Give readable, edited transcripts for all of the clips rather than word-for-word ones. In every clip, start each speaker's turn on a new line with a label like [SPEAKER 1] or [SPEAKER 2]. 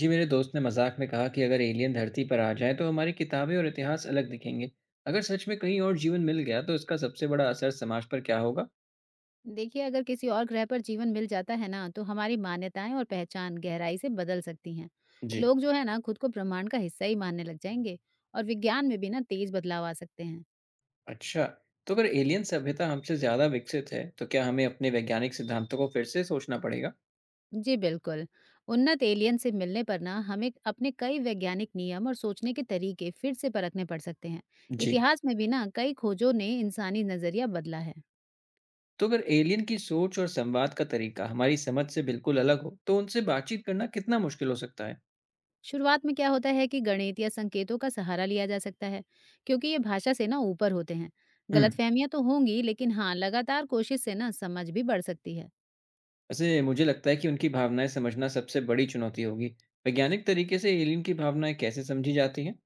[SPEAKER 1] जी। मेरे दोस्त ने मजाक में कहा कि अगर एलियन धरती पर आ जाए तो हमारी किताबें और इतिहास अलग दिखेंगे। अगर सच में कहीं और जीवन मिल गया तो इसका सबसे बड़ा असर समाज पर क्या होगा?
[SPEAKER 2] देखिए, अगर किसी और ग्रह पर जीवन मिल जाता है ना, तो हमारी मान्यताएं और पहचान गहराई से बदल सकती हैं।
[SPEAKER 1] जी।
[SPEAKER 2] लोग जो है ना, खुद को ब्रह्मांड का हिस्सा ही मानने लग जाएंगे और विज्ञान में भी ना तेज बदलाव आ सकते हैं।
[SPEAKER 1] अच्छा। तो अगर एलियन सभ्यता हमसे ज्यादा विकसित है तो क्या हमें अपने वैज्ञानिक सिद्धांतों को फिर से सोचना पड़ेगा?
[SPEAKER 2] जी बिल्कुल, उन्नत एलियन से मिलने पर ना हमें अपने कई वैज्ञानिक नियम और सोचने के तरीके फिर से परखने पड़ सकते हैं।
[SPEAKER 1] जी।
[SPEAKER 2] इतिहास में भी ना कई खोजों ने इंसानी नजरिया बदला है।
[SPEAKER 1] तो अगर एलियन की सोच और संवाद का तरीका हमारी समझ से बिल्कुल अलग हो तो उनसे बातचीत करना कितना मुश्किल हो सकता है?
[SPEAKER 2] शुरुआत में क्या होता है कि गणित या संकेतों का सहारा लिया जा सकता है क्योंकि ये भाषा से ना ऊपर होते हैं।
[SPEAKER 1] हम्म।
[SPEAKER 2] गलतफहमियां तो होंगी, लेकिन हाँ, लगातार कोशिश से ना समझ भी बढ़ सकती है।
[SPEAKER 1] वैसे मुझे लगता है कि उनकी भावनाएं समझना सबसे बड़ी चुनौती होगी। वैज्ञानिक तरीके से एलियन की भावनाएं कैसे समझी जाती हैं?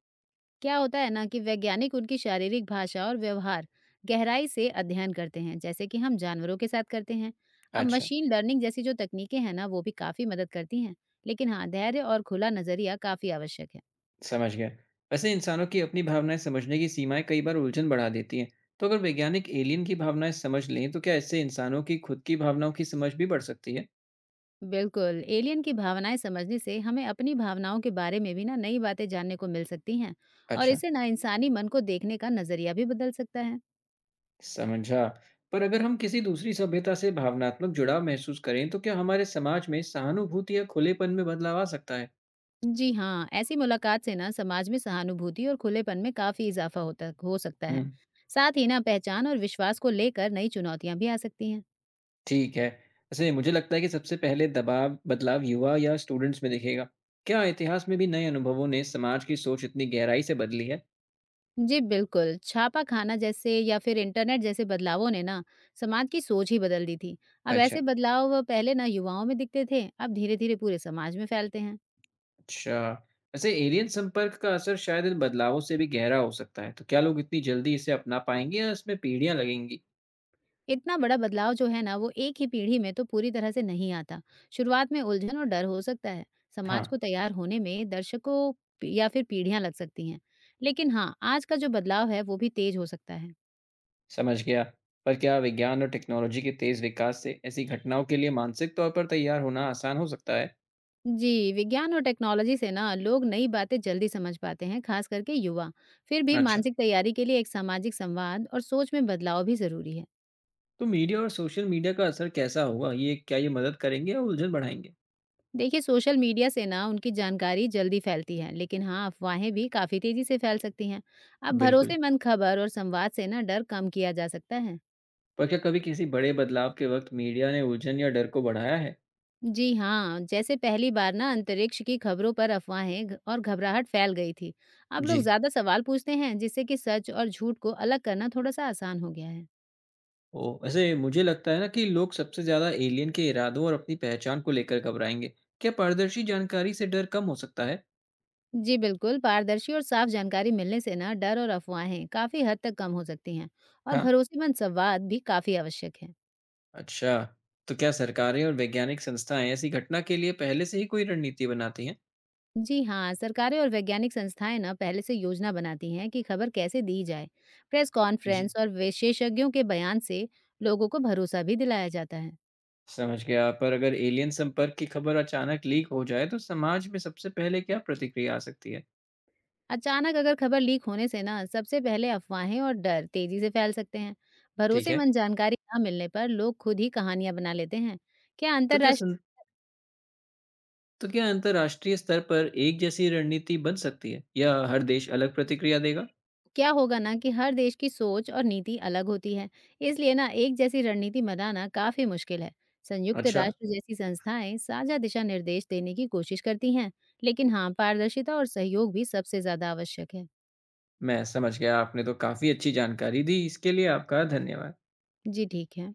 [SPEAKER 2] क्या होता है ना कि वैज्ञानिक उनकी शारीरिक भाषा और व्यवहार गहराई से अध्ययन करते हैं, जैसे कि हम जानवरों के साथ करते हैं। अब
[SPEAKER 1] अच्छा,
[SPEAKER 2] मशीन लर्निंग जैसी जो तकनीकें हैं ना, वो भी काफी मदद करती हैं। लेकिन हाँ, धैर्य और खुला नजरिया काफी आवश्यक है।
[SPEAKER 1] समझ गया। वैसे इंसानों की अपनी भावनाएँ समझने की सीमाएँ कई बार उलझन बढ़ा देती हैं। तो अगर वैज्ञानिक एलियन की भावनाएँ समझ लें, तो क्या इससे इंसानों की खुद की भावनाओं की समझ भी बढ़ सकती है?
[SPEAKER 2] बिल्कुल, एलियन की भावनाएँ समझने से हमें अपनी भावनाओं के बारे में भी ना नई बातें जानने को मिल सकती हैं। और
[SPEAKER 1] अच्छा,
[SPEAKER 2] इससे ना इंसानी मन को देखने का नज़रिया भी बदल सकता है।
[SPEAKER 1] समझा। पर अगर हम किसी दूसरी सभ्यता से भावनात्मक जुड़ाव महसूस करें, तो क्या हमारे समाज में सहानुभूति या खुलेपन में बदलाव आ सकता है?
[SPEAKER 2] जी हाँ, ऐसी मुलाकात से ना समाज में सहानुभूति और खुलेपन में काफ़ी इजाफा होता हो सकता
[SPEAKER 1] हुँ,
[SPEAKER 2] है। साथ ही ना पहचान और विश्वास को लेकर नई चुनौतियाँ भी आ सकती हैं।
[SPEAKER 1] ठीक है। वैसे मुझे लगता है कि सबसे पहले दबाव बदलाव युवा या स्टूडेंट्स में दिखेगा। क्या इतिहास में भी नए अनुभवों ने समाज की सोच इतनी गहराई से बदली है?
[SPEAKER 2] जी बिल्कुल, छापा खाना जैसे या फिर इंटरनेट जैसे बदलावों ने ना समाज की सोच ही बदल दी थी। अब
[SPEAKER 1] अच्छा।
[SPEAKER 2] ऐसे बदलाव पहले ना युवाओं में दिखते थे, अब धीरे-धीरे पूरे समाज में फैलते हैं।
[SPEAKER 1] अच्छा। वैसे एलियन संपर्क का असर शायद इन बदलावों से भी गहरा हो सकता है, तो क्या लोग इतनी जल्दी इसे अपना पाएंगे या इसमें पीढ़ियां लगेंगी?
[SPEAKER 2] इतना बड़ा बदलाव जो है ना, वो एक ही पीढ़ी में तो पूरी तरह से नहीं आता। शुरुआत में उलझन और डर हो सकता है।
[SPEAKER 1] हाँ,
[SPEAKER 2] समाज को तैयार होने में दर्शकों या फिर पीढ़ियां लग सकती हैं। लेकिन हाँ, आज का जो बदलाव है वो भी तेज हो सकता है।
[SPEAKER 1] समझ गया। पर क्या विज्ञान और टेक्नोलॉजी के तेज विकास से ऐसी घटनाओं के लिए मानसिक तौर पर तैयार होना आसान हो सकता है?
[SPEAKER 2] जी, विज्ञान और टेक्नोलॉजी से ना लोग नई बातें जल्दी समझ पाते हैं, खास करके युवा। फिर भी
[SPEAKER 1] अच्छा।
[SPEAKER 2] मानसिक तैयारी के लिए एक सामाजिक संवाद और सोच में बदलाव भी जरूरी है।
[SPEAKER 1] तो मीडिया और सोशल मीडिया का असर कैसा होगा, ये क्या ये मदद करेंगे या उलझन बढ़ाएंगे?
[SPEAKER 2] देखिए, सोशल मीडिया से ना उनकी जानकारी जल्दी फैलती है, लेकिन हाँ, अफवाहें भी काफी तेजी से फैल सकती हैं। अब
[SPEAKER 1] बिल्कुल।
[SPEAKER 2] भरोसेमंद खबर और संवाद से ना डर कम किया जा सकता है।
[SPEAKER 1] पर क्या कभी किसी बड़े बदलाव के वक्त मीडिया ने उलझन या डर को बढ़ाया है?
[SPEAKER 2] जी हाँ, जैसे पहली बार ना अंतरिक्ष की खबरों पर अफवाहें और घबराहट फैल गई थी। अब लोग
[SPEAKER 1] जी।
[SPEAKER 2] ज्यादा सवाल पूछते हैं, जिससे कि सच और झूठ को अलग करना थोड़ा सा आसान हो गया है।
[SPEAKER 1] ओह! वैसे मुझे लगता है ना कि लोग सबसे ज़्यादा एलियन के इरादों और अपनी पहचान को लेकर घबराएँगे। क्या पारदर्शी जानकारी से डर कम हो सकता है?
[SPEAKER 2] जी बिल्कुल, पारदर्शी और साफ जानकारी मिलने से ना डर और अफवाहें काफी हद तक कम हो सकती हैं। और
[SPEAKER 1] हाँ,
[SPEAKER 2] भरोसेमंद संवाद भी काफी आवश्यक है।
[SPEAKER 1] अच्छा। तो क्या सरकारें और वैज्ञानिक संस्थाएँ ऐसी घटना के लिए पहले से ही कोई रणनीति बनाती हैं?
[SPEAKER 2] जी हाँ, सरकारें और वैज्ञानिक संस्थाएं ना पहले से योजना बनाती हैं कि खबर कैसे दी जाए। प्रेस
[SPEAKER 1] जी।
[SPEAKER 2] कॉन्फ्रेंस और विशेषज्ञों के बयान से लोगों को भरोसा भी दिलाया जाता है।
[SPEAKER 1] समझ गया, पर अगर एलियन संपर्क की खबर अचानक लीक हो जाए तो समाज में सबसे पहले क्या प्रतिक्रिया आ सकती है?
[SPEAKER 2] अचानक अगर खबर लीक होने से ना सबसे पहले अफवाहें और डर तेजी से फैल सकते हैं।
[SPEAKER 1] ठीक है।
[SPEAKER 2] भरोसेमंद जानकारी ना मिलने पर लोग खुद ही कहानियां बना लेते हैं। क्या
[SPEAKER 1] तो क्या
[SPEAKER 2] अंतर्राष्ट्रीय
[SPEAKER 1] सं तो क्या अंतर्राष्ट्रीय स्तर पर एक जैसी रणनीति बन सकती है या हर देश अलग प्रतिक्रिया देगा?
[SPEAKER 2] क्या होगा ना कि हर देश की सोच और नीति अलग होती है, इसलिए ना एक जैसी रणनीति बनाना काफी मुश्किल है। संयुक्त
[SPEAKER 1] अच्छा।
[SPEAKER 2] राष्ट्र जैसी संस्थाएं साझा दिशा निर्देश देने की कोशिश करती हैं, लेकिन हाँ, पारदर्शिता और सहयोग भी सबसे ज्यादा आवश्यक है।
[SPEAKER 1] मैं समझ गया, आपने तो काफ़ी अच्छी जानकारी दी, इसके लिए आपका धन्यवाद।
[SPEAKER 2] जी ठीक है।